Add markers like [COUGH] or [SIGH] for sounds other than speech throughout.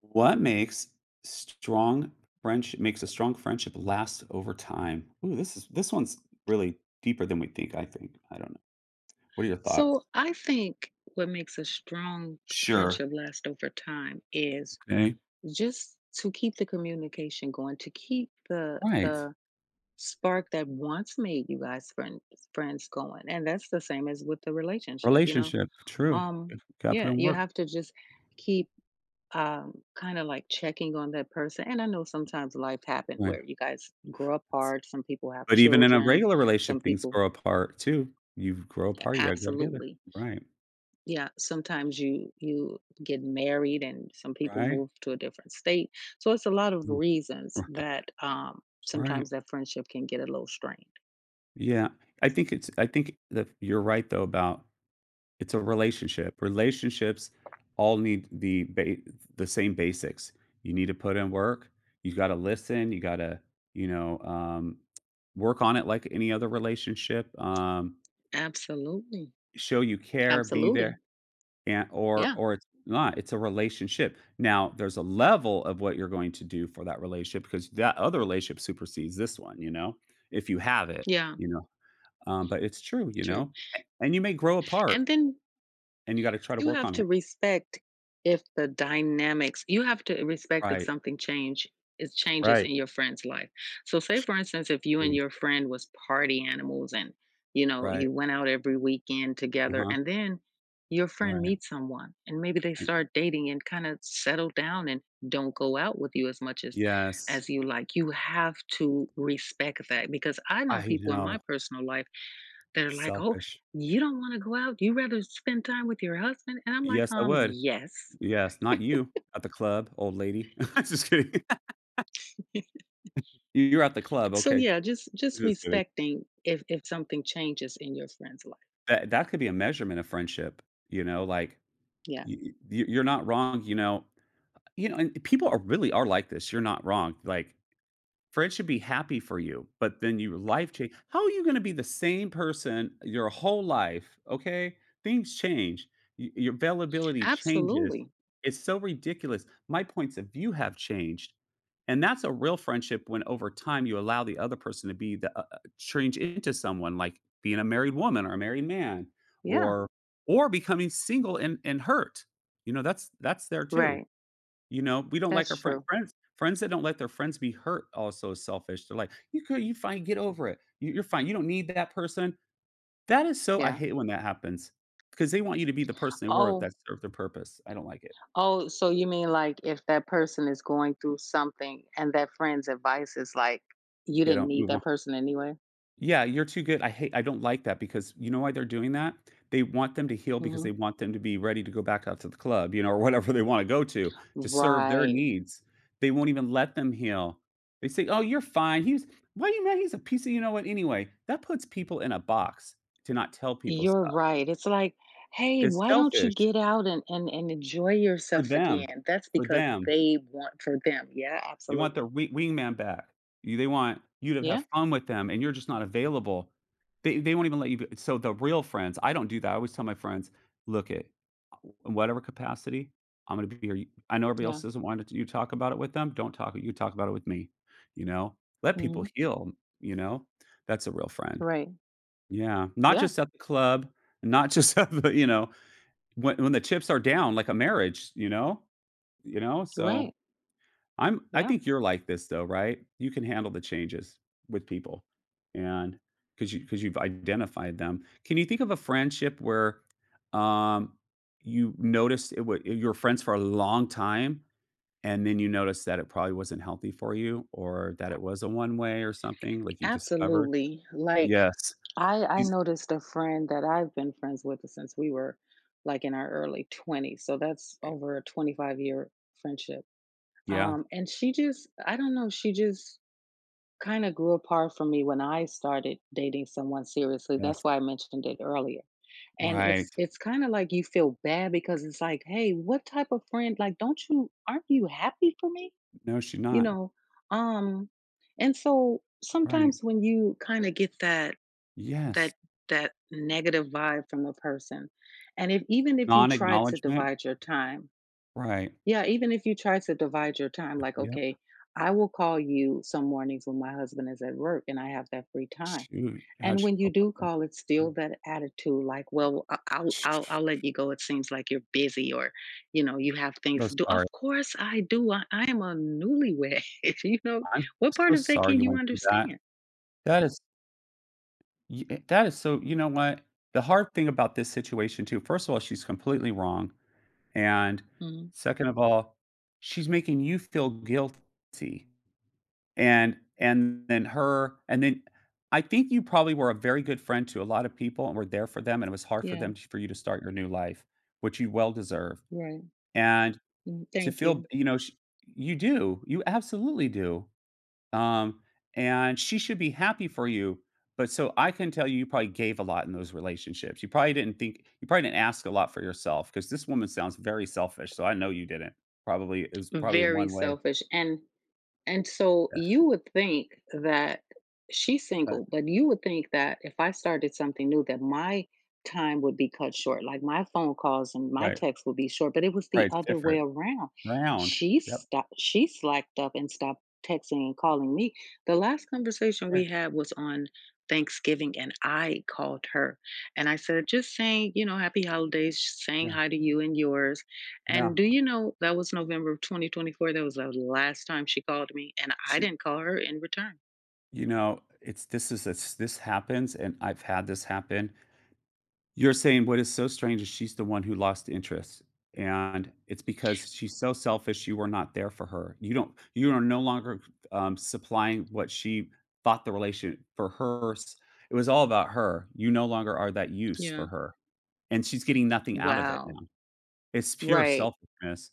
What makes strong friendship makes a strong friendship last over time? Ooh, this one's really deeper than we think. I don't know. What are your thoughts? So I think what makes a strong Sure. friendship last over time is Okay. just to keep the communication going, to keep the Right. the spark that once made you guys friends going. And that's the same as with the relationship. Relationship. True. Um Gotta put yeah, in you work. have to just keep kind of like checking on that person. And I know sometimes life happened Right. where you guys grow apart. Some people have But even in a children. regular Some relationship, things people, grow apart too. You grow apart, you gotta go together. absolutely, Right. yeah. Sometimes you get married, and some people Right. move to a different state. So it's a lot of Mm, reasons right. that Right. sometimes that friendship can get a little strained. Yeah. I think that you're right though about it's a relationship. Relationships all need the ba the same basics. You need to put in work, you gotta listen, you gotta, you know, um, work on it like any other relationship, Absolutely, show you care, be there, absolutely, and or yeah, or it's not, it's a relationship. Now, there's a level of what you're going to do for that relationship because that other relationship supersedes this one, if you have it, yeah, you know, but it's true, you true. know, a and you may grow And apart, then and you gotta try to you work have on to it. respect if the dynamics you have to respect if Right. something change is changes Right. in your friend's life. So say Sh for instance, if you and Please. your friend was party animals and Right. you went out every weekend together Uh-huh. and then your friend Right. meets someone and maybe they I start dating and kind of settle down and don't go out with you as much as yes. as you like. You have to respect that because I know I people in know. my personal life they're like, "Oh, Selfish. you don't wanna go out? You rather spend time with your husband?" And I'm like, Yes, I "Um, would. yes." Yes, not you. At the club, old lady. [LAUGHS] Just kidding. [LAUGHS] [LAUGHS] You're at the club, So, okay. yeah, just Just kidding. respecting if something changes in your friend's life. That could be a measurement of friendship, like, Yeah. y you're not wrong, and people are like this. You're not wrong, like Fred should be happy for you, but then your life change, how are you gonna be the same person your whole life, okay? Things change. Y your availability changes. Absolutely. It's so ridiculous. My points of view have changed, and that's a real friendship when over time you allow the other person to be change into someone, like being a married woman or a married man Yeah. or becoming single and hurt. That's there too. Right. We don't like That's our friend true. friends friends that don't let their friends be hurt, also is selfish. They're like, "You could you fine, get over it. You're fine. You don't need that person." That is so I Yeah. hate when that happens because they want you to be the person they were that Oh served their purpose. I don't like it. oh, so you mean, like, if that person is going through something and that friend's advice is like, you You didn't know, need move on. that person anyway? Yeah, you're too good. I don't like that because you know why they're doing that? They want them to heal because they Mhm. want them to be ready to go back out to the club, or [LAUGHS] whatever they want to go to serve their Right. needs. They won't even let them heal. They say, "Oh, you're fine. He's Why are you mad? He's a piece of you know what anyway." That puts people in a box to not tell people You're stuff. right. It's like, "Hey, It's why don't you selfish get out and enjoy for yourself them, again?" That's for because them. they want for them. Yeah, They want their absolutely. wingman back. You They want you to Yeah, have fun with them, and you're just not available. They won't even let you be, so the real friends, I don't do that. I always tell my friends, "Look at, in whatever capacity, I'm gonna be here. You I know everybody yeah, else doesn't want it to, you to talk about it with them. Don't talk You talk about it with me." You know? Let people mhm, heal, you know? That's a real friend. right. Yeah. Not Yeah, just at the club, not just [LAUGHS] at the you know, when the chips are down like a marriage, you know? You know? So right. I Yeah, think you're like this though, right? You can handle the changes with people, and because you because you've identified them. Can you think of a friendship where um you noticed it would you were friends for a long time and then you noticed that it probably wasn't healthy for you or that it was a one way or something like you discovered? absolutely. Like, Yes. I These noticed a friend that I've been friends with since we were, like, in our early 20s, so that's over a 25-year year friendship. Yeah, And she just, I don't know, she just kinda grew apart from me when I started dating someone seriously, that's yes. why I mentioned it earlier, and Right. it's kinda like you feel bad because it's like, "Hey, what type of friend like, don't you aren't you happy for me?" No, she's You not. know? Um, and so Right. sometimes when you kinda get Yes. that that negative vibe from a person, and if even if you Non try to acknowledgement. divide your time, Right. yeah, even if you try to divide your time, like, Yep. okay, I will call you some mornings when my husband is at work and I have that free time. Shoot. How'd And she when you feel about do that? call, it's still that attitude, like, well, I'll let you go. It seems like you're busy, or you have So things to do. sorry. Of course, I do. I am a newlywed. [LAUGHS] you know, I'm what so part of that sorry can you you went through that. understand? That is that is so you know what? The hard thing about this situation too, first of all, she's completely wrong, and Mm, second of all, she's making you feel guilty, and then her and then I think you probably were a very good friend to a lot of people and were there for them, and it was hard yeah, for you to start your new life, which you well deserve, right. and Mm, to thank feel you. you know, sh You do, you absolutely do. Um, and she should be happy for you. But so I can tell you, you probably gave a lot in those relationships. You probably didn't think, you probably didn't ask a lot for yourself because this woman sounds very selfish. So I know you didn't. Probably it was probably Very one way. selfish, and so Yes. you would think that she's single, [LAUGHS] but you would think that if I started something new that my time would be cut short, like my phone calls and my Right. texts would be short, but it was Right. the It's other way different. around. Round. Yep. She slacked up and stopped texting and calling me. The last conversation Right. we had was on Thanksgiving and I called her and I said, just saying, happy holidays, saying Yeah. hi to you and yours, Yeah. and do you know that was November of 2024, that was the last time she called me, and I She, didn't call her in return. you know, it's this is it's this happens, and I've had this happen. You're saying what is so strange is she's the one who lost interest, and it's because she's so selfish, you were not there for her. You are no longer, supplying what she thought the relation for hers it was all about her. You no longer are that use for Yeah. her, and she's getting nothing out of it Wow. now. It's pure Right. selfishness.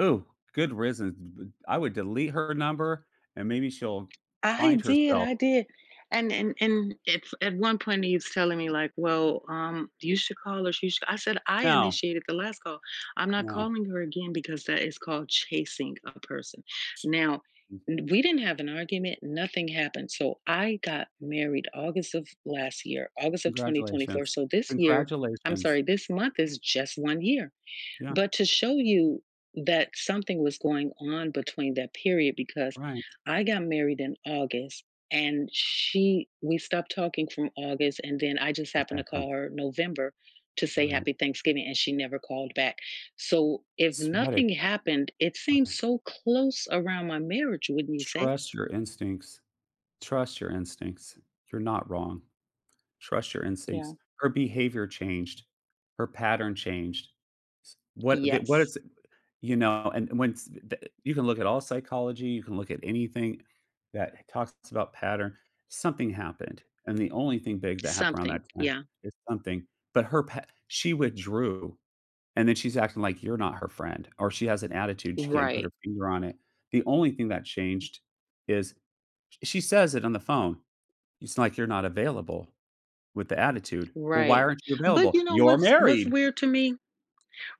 Ooh, good riddance. B I would delete her number, and maybe she'll I find did, herself. I did. And at one point he was telling me like, "Well, you should call her. She should." I said, "I No, initiated the last call. I'm not no. calling her again because that is called chasing a person." Sh Now, we didn't have an argument. Nothing happened. So I got married August of last year, August of 2024. Congratulations. So this year, I'm Congratulations. sorry, this month is just one year, Yeah, but to show you that something was going on between that period because right. I got married in August and she we stopped talking from August, and then I just That's happened to excellent. call her November to say Right. happy Thanksgiving and she never called back. So if S what a nothing happened, it seems so close around my marriage, wouldn't you say? Trust your instincts. Trust your instincts. You're not wrong. Trust your Yeah. instincts. Her behavior changed. Her pattern changed. S what the what Yes. is you know, And when s the you can look at all psychology, you can look at anything that talks about pattern. Something happened, and the only thing big that happened around Something. that time Yeah. is something, but her pa she withdrew. And then she's acting like you're not her friend, or she has an attitude, she can't put Right. her finger on it. The only thing that changed is, she says it on the phone, "It's like you're not available," with the attitude. "Well, why Right. aren't you But available? you know You're what's married." weird to me?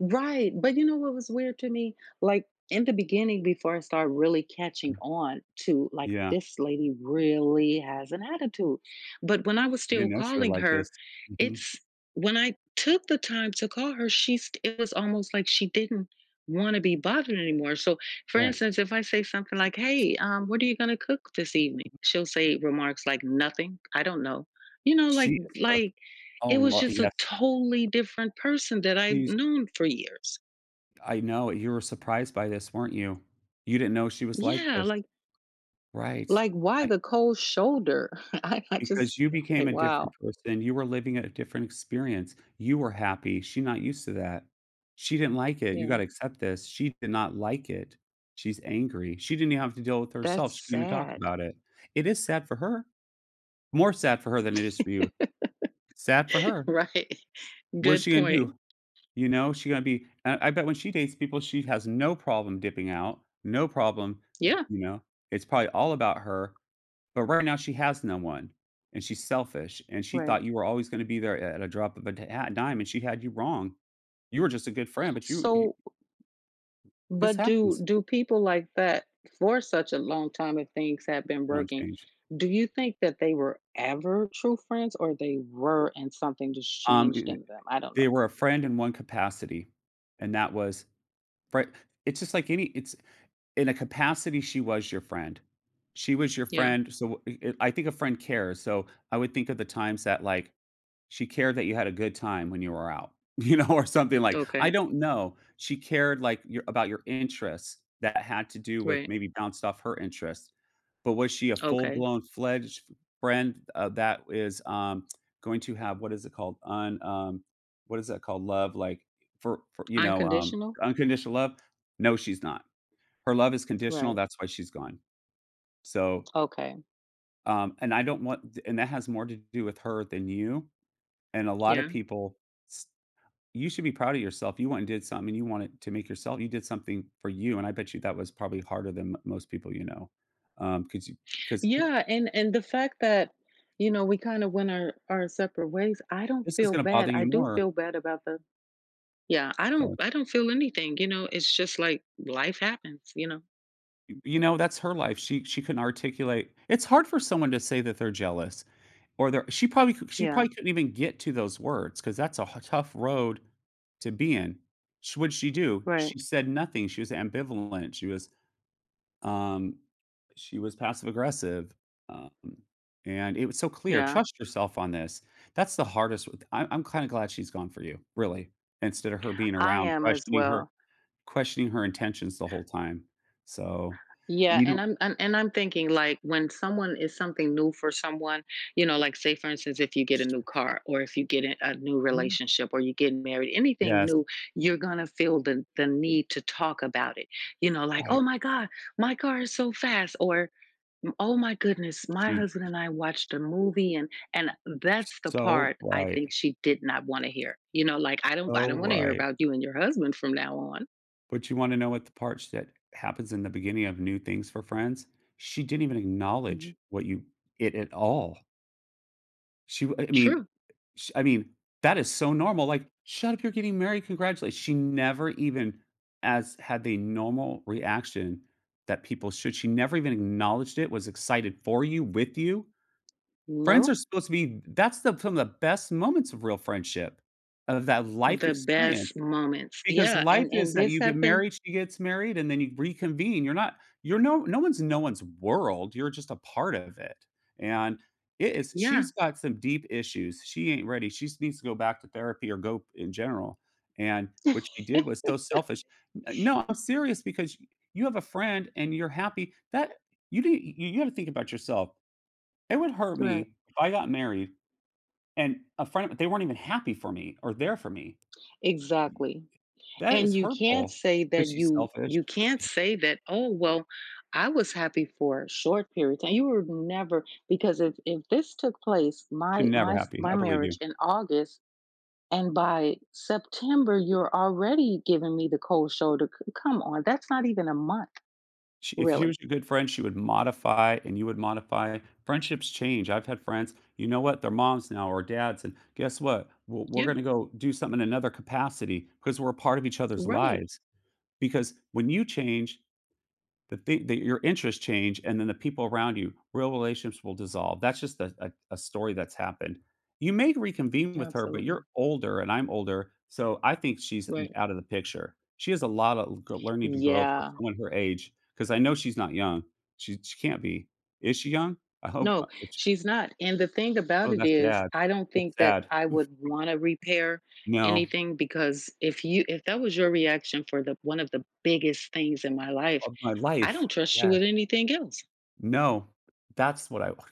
Right. But you know what was weird to me? Like in the beginning, before I started really catching Mm, on to like yeah, this lady really has an attitude. But when I was "You still didn't know she would calling like this." her, Mhm, it's when I took the time to call her, it was almost like she didn't want to be bothered anymore. So for right. instance, if I say something like, "Hey, what are you gonna cook this evening?" She'll say remarks like nothing. I don't know. Like She is got a like Oh, it was Lor just a yes, totally different person that I've she's known for years. I know, you were surprised by this, weren't you? You didn't know she was like Yeah, this. like Right. Why the cold shoulder? [LAUGHS] I just Because you became like, a different wow. person, you were living a different experience, you were happy, she not used to that. She didn't like it, you Yeah, gotta accept this, she did not like it, she's angry, she didn't even have to deal with that's herself, she couldn't even talk sad. about it. It is sad for her, more sad for her than it is for you. Sad for [LAUGHS] her. Right. What is Good she gonna do? point. You know, she gonna be I bet when she dates people, she has no problem dipping out, no problem, Yeah. you know? It's probably all about her, but right now she has no one, and she's selfish, and she Right. thought you were always gonna be there at a drop of a d hat dime, and she had you wrong. You were just a good friend, but you So, this but do happens. do people like that for such a long time if things have been They don't working, change. do you think that they were ever true friends or they were and something just Um, changed eh eh in them? I don't know. they were a friend in one capacity, and that was right. it's just like any It's in a capacity, she was your friend. She was your Yeah. friend, so, I think a friend cares, so I would think of the times that, like, she cared that you had a good time when you were out, [LAUGHS] or something like I Okay. don't know. She cared, like, your about your interests that had to do with Right. maybe bounced off her interests. But was she a Okay. full-blown fledged friend, that is, going to have what is it called? Un What is that called? Love, like, for Unconditional? unconditional love? No, she's not. Her love is conditional, Right. that's why she's gone. So, Okay. And I don't want and That has more to do with her than you, and a lot of Yeah. people you should be proud of yourself. You went and did something, and you wanted to make yourself you did something for you, and I bet you that was probably harder than m most people you know, 'cause because Yeah, and the fact that, we kind of went our separate ways, I don't this is feel gonna bother bad. I you do more, feel bad about the. Yeah, I so, don't I don't feel anything. It's just like life happens. That's her life. She couldn't articulate, it's hard for someone to say that they're jealous, or they're she probably cou she Yeah. probably couldn't even get to those words because that's a h tough road to be in. Sh What'd she do? Right. She said nothing. She was ambivalent. Um, she was passive aggressive, um, and it was so clear, Yeah. "Trust yourself on this." That's the hardest I I'm kinda glad she's gone for you, really, instead of her being I around, am as questioning her well. Intentions the whole time. So and Yeah, you don't and I'm thinking like when someone is something new for someone, like say for instance, if you get a new car or if you get in a new mhm. relationship or you get married, anything Yes, new, you're gonna feel the need to talk about it. Like, oh right. my God, my car is so fast, or oh my goodness, my She husband You're and I watched a movie, and that's the so part I think right, she did not want to hear. Like I don't I so don't want to hear right. about you and your husband from now on. But you wanna know what the part that happens in the beginning of new things for friends? She didn't even Mhm. acknowledge what you it at all. She w I mean True. Sh I mean, that is so normal, like, "Shut up, you're getting married, congratulations." She never even as had the normal reaction that people should. She never even acknowledged it, was excited for you, with you. Friends are No. supposed to be That's the some of the best moments of real friendship, of that life The experience. best moments. Because Yeah, life and is that this you get happened, married, she gets married, and then you reconvene. You're no one's in no one's world, you're just a part of it, and it is yeah. she's got some deep issues, she ain't ready, she needs to go back to therapy or go in general, and what she did [LAUGHS] was so selfish. N no, I'm serious because you have a friend and you're happy that you didn't you you gotta think about yourself. It would hurt Right. me if I got married and a friend, they weren't even happy for me or there for me. Exactly. That And is you can't hurtful say because that she's you selfish. you can't say that, "Oh, well, I was happy for a short period of time." You were never, because if this took place, She's my never my s- happy, my I believe you. marriage in August, and by September you're already giving me the cold shoulder. Come on, that's not even a month, She If she really. was your good friend, she would modify and you would modify. Friendships change, I've had friends, you know what, they're moms now or dads, and guess what? We're Yeah, gonna go do something in another capacity because 'cause we're a part of each other's right. lives, because when you change, the thing that your interests change, and then the people around you, real relationships will dissolve. That's just a story that's happened. You may reconvene with her, but you're Absolutely. older and I'm older, so I think she's Right. out of the picture. She has a lot of learning to grow for Yeah. someone her age, because I know she's not young. She can't be, is she young? I hope No, not. If she- she's not. And the thing about Oh, it that's is, sad. I don't That's think that sad. I would want to repair No. anything because if that was your reaction for the one of the biggest things in my life, Of my I life. don't trust you Yes. with anything else. No. That's what I [LAUGHS]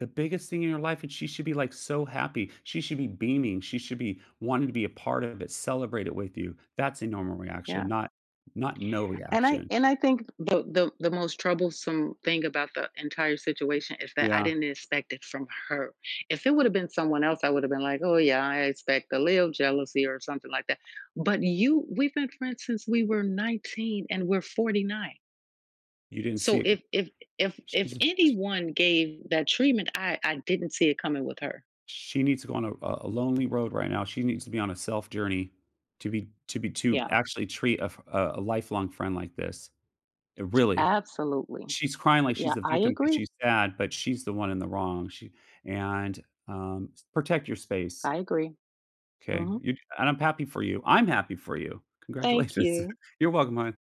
The biggest thing in your life, and she should be, like, so happy. She should be beaming. She should be wanting to be a part of it, celebrate it with you. That's a normal reaction, Yeah. not no And I reaction. and I think the most troublesome thing about the entire situation is that I Yeah, didn't expect it from her. If it would have been someone else, I would have been like, "Oh yeah, I expect a little jealousy or something like that." But you we've been friends since we were 19 and we're 49. you didn't So see it. if if She's anyone gave that treatment, I didn't see it coming with her. she needs to go on a lonely road right now. She needs to be on a self journey to Yeah, actually treat a f a lifelong friend like this. Really. absolutely. She's crying like she's Yeah, the I because agree. she's sad, but she's the one in the wrong. She And, protect your space. I agree. Okay, Mhm. you and I'm happy for you. I'm happy for you. Thank Congratulations. you. [LAUGHS] You're welcome, hon.